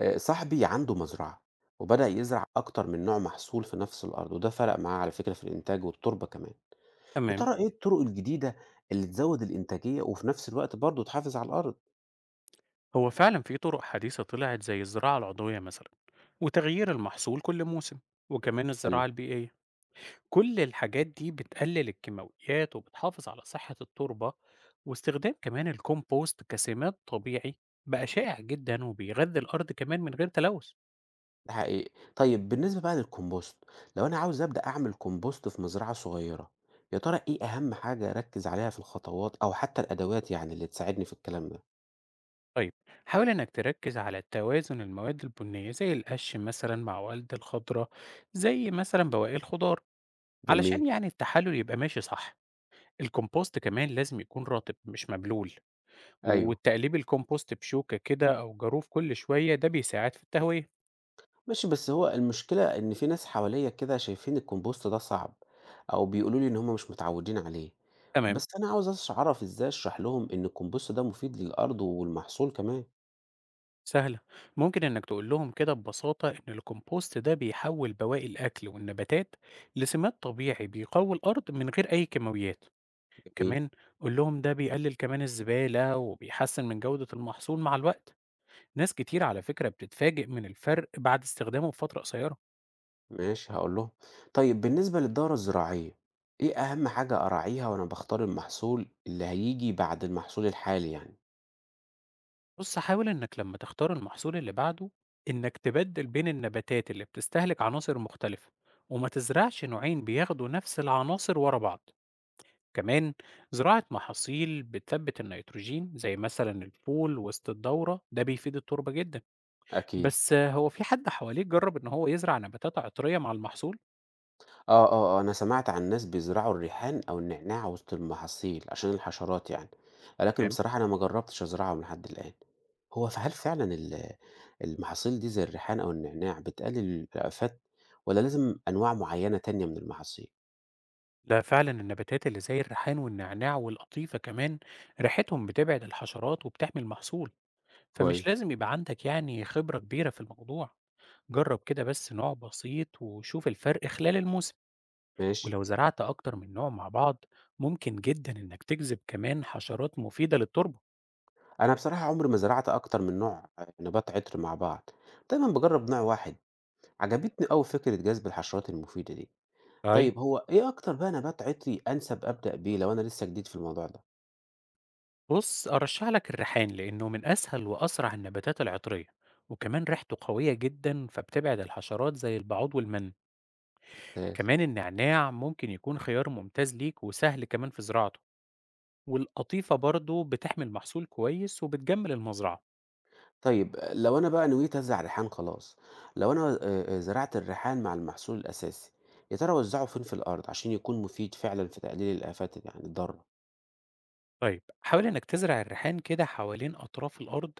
صاحبي عنده مزرعة، وبدأ يزرع أكتر من نوع محصول في نفس الأرض، وده فرق معاه على فكرة في الإنتاج والتربة كمان. يا تمام. ترى إيه الطرق الجديدة اللي تزود الإنتاجية وفي نفس الوقت برضه تحافظ على الأرض؟ هو فعلا في طرق حديثة طلعت زي الزراعة العضوية مثلا، وتغيير المحصول كل موسم، وكمان حلو. الزراعة البيئية. كل الحاجات دي بتقلل الكيماويات وبتحافظ على صحة التربة، واستخدام كمان الكومبوست كسماد طبيعي بقى شائع جدا وبيغذي الأرض كمان من غير تلوث. ده حقيقي. طيب بالنسبة بقى للكومبوست، لو أنا عاوز أبدأ أعمل كومبوست في مزرعة صغيرة، يا ترى إيه أهم حاجة أركز عليها في الخطوات أو حتى الأدوات يعني اللي تساعدني في الكلام ده؟ طيب، حاول إنك تركز على توازن المواد البنية زي القش مثلا مع والد الخضراء، زي مثلا بواقي الخضار، علشان جميل. التحلل يبقى ماشي صح. الكومبوست كمان لازم يكون رطب مش مبلول، أيوه. وتقليب الكومبوست بشوكة كده أو جاروف كل شوية ده بيساعد في التهوية. ماشي بس هو المشكلة إن في ناس حواليّا كده شايفين الكومبوست ده صعب، أو بيقولوا لي إن هم مش متعودين عليه، تمام. بس أنا عاوز أعرف إزاي أشرح لهم إن الكومبوست ده مفيد للأرض والمحصول كمان. سهلة، ممكن إنك تقول لهم كده ببساطة إن الكومبوست ده بيحول بواقي الأكل والنباتات لسماد طبيعي بيقوي الأرض من غير أي كيماويات. جميل، كمان قول لهم ده بيقلل كمان الزبالة وبيحسن من جودة المحصول مع الوقت. ناس كتير على فكرة بتتفاجئ من الفرق بعد استخدامه بفترة قصيرة. ماشي هاقول لهم. طيب بالنسبة للدورة الزراعية، إيه أهم حاجة أراعيها وأنا باختار المحصول اللي هييجي بعد المحصول الحالي يعني؟ بُص، حاول إنك لمّا تختار المحصول اللي بعده، إنك تبدّل بين النباتات اللي بتستهلك عناصر مختلفة، وما تزرعش نوعين بياخدوا نفس العناصر ورا بعض. كمان زراعة محاصيل بتثبت النيتروجين زي مثلًا الفول وسط الدورة، ده بيفيد التربة جدًا. أكيد. بس آه، هو في حد حواليك جرب إن هو يزرع نباتات عطرية مع المحصول؟ آه، أنا سمعت عن ناس بيزرعوا الريحان أو النعناع وسط المحاصيل عشان الحشرات يعني، ولكن تمام، بصراحة أنا ما جربتش أزرعهم لحد الآن. هو فعلا المحاصيل دي زي الريحان أو النعناع بتقلل الآفات ولا لازم أنواع معينة تانية من المحاصيل؟ ده فعلًا النباتات اللي زي الريحان والنعناع والقطيفة كمان ريحتهم بتبعد الحشرات وبتحمي المحصول. فمش كويس. لازم يبقى عندك خبرة كبيرة في الموضوع. جرب كده بس نوع بسيط وشوف الفرق خلال الموسم. ماشي. ولو زرعت أكتر من نوع مع بعض، ممكن جدا إنك تجذب كمان حشرات مفيدة للتربة. أنا بصراحة عمري ما زرعت أكتر من نوع نبات عطر مع بعض، دايما بجرب نوع واحد. عجبتني أوي فكرة جذب الحشرات المفيدة دي. طيب، طيب هو إيه أكتر بقى نبات عطري أنسب أبدأ بيه لو أنا لسه جديد في الموضوع ده؟ بص أرشح لك الريحان لأنه من أسهل وأسرع النباتات العطرية، وكمان ريحته قوية جدا فبتبعد الحشرات زي البعوض والمن. ممتاز. كمان النعناع ممكن يكون خيار ممتاز ليك وسهل كمان في زراعته، والقطيفة برضه بتحمل محصول كويس وبتجمل المزرعة. طيب لو أنا بقى نويت أزرع ريحان خلاص، لو أنا زرعت الريحان مع المحصول الأساسي، يا ترى أوزّعه فين في الأرض عشان يكون مفيد فعلًا في تقليل الآفات يعني الضارة؟ طيب، حاول إنك تزرع الريحان كده حوالين أطراف الأرض،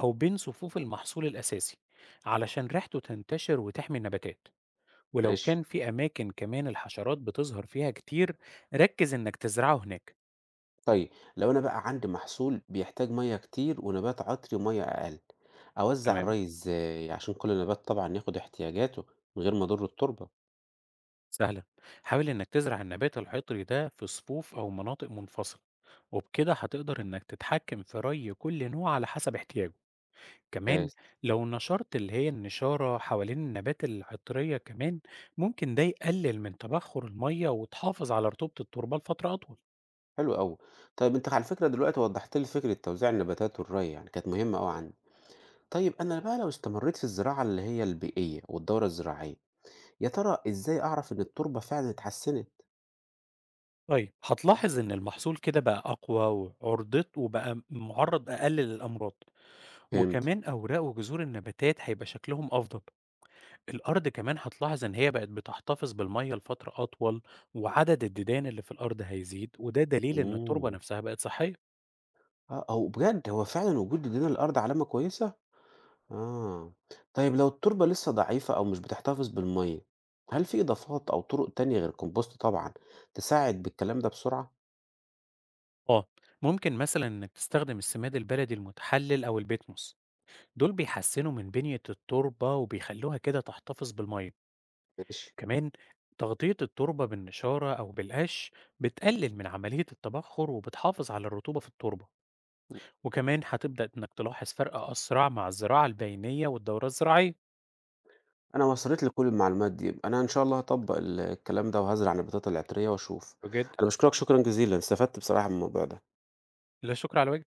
أو بين صفوف المحصول الأساسي، علشان ريحته تنتشر وتحمي النباتات. ولو ماشي، كان في أماكن كمان الحشرات بتظهر فيها كتير، ركز إنك تزرعه هناك. طيب لو أنا بقى عندي محصول بيحتاج مَيّة كتير ونبات عطري ومَيّة أقل، أوزّع تمام. الري إزاي عشان كل نبات طبعًا ياخد احتياجاته من غير ما أضر التربة؟ سهلة، حاول إنك تزرع النبات الحيطري ده في صفوف أو مناطق منفصلة، وبكده هتقدر إنك تتحكم في ري كل نوع على حسب احتياجه. كمان ممتاز، لو نشرت اللي هي النشارة حوالين النبات العطرية، كمان ممكن ده يقلل من تبخر المية وتحافظ على رطوبة التربة لفترة أطول. حلو أوي. طيب أنت على فكرة دلوقتي وضّحت لي فكرة توزيع النباتات والري يعني كانت مهمة أوي عندي. طيب أنا بقى لو استمريت في الزراعة اللي هي البيئية والدورة الزراعية يا ترى إزاي أعرف إن التربة فعلًا اتحسنت؟ طيب، هتلاحظ إن المحصول كده بقى أقوى وعرضته بقى معرض أقل للأمراض. فهمت. وكمان أوراق وجذور النباتات هيبقى شكلهم أفضل. الأرض كمان هتلاحظ إن هي بقت بتحتفظ بالمية لفترة أطول، وعدد الديدان اللي في الأرض هيزيد وده دليل إن التربة إمم. نفسها بقت صحية. آه، هو بجد هو فعلًا وجود جدران الأرض علامة كويسة؟ آه، طيب لو التربة لسه ضعيفة أو مش بتحتفظ بالمَيّة، هل في إضافات أو طرق تانية غير الكومبوست طبعًا تساعد بالكلام ده بسرعة؟ آه، ممكن مثلًا إنك تستخدم السماد البلدي المتحلل أو البيتموس، دول بيحسنوا من بنية التربة وبيخلوها كده تحتفظ بالمية. ماشي. كمان تغطية التربة بالنشارة أو بالقش بتقلل من عملية التبخر وبتحافظ على الرطوبة في التربة، إمم. وكمان هتبدأ إنك تلاحظ فرق أسرع مع الزراعة البينية والدورة الزراعية. أنا وصلت لي كل المعلومات دي، أنا إن شاء الله هاطبّق الكلام ده وهازرع نباتات العطرية وأشوف. بجد، أنا باشكرك شكرًا جزيلًا، استفدت بصراحة من الموضوع ده. لا شكر على واجب.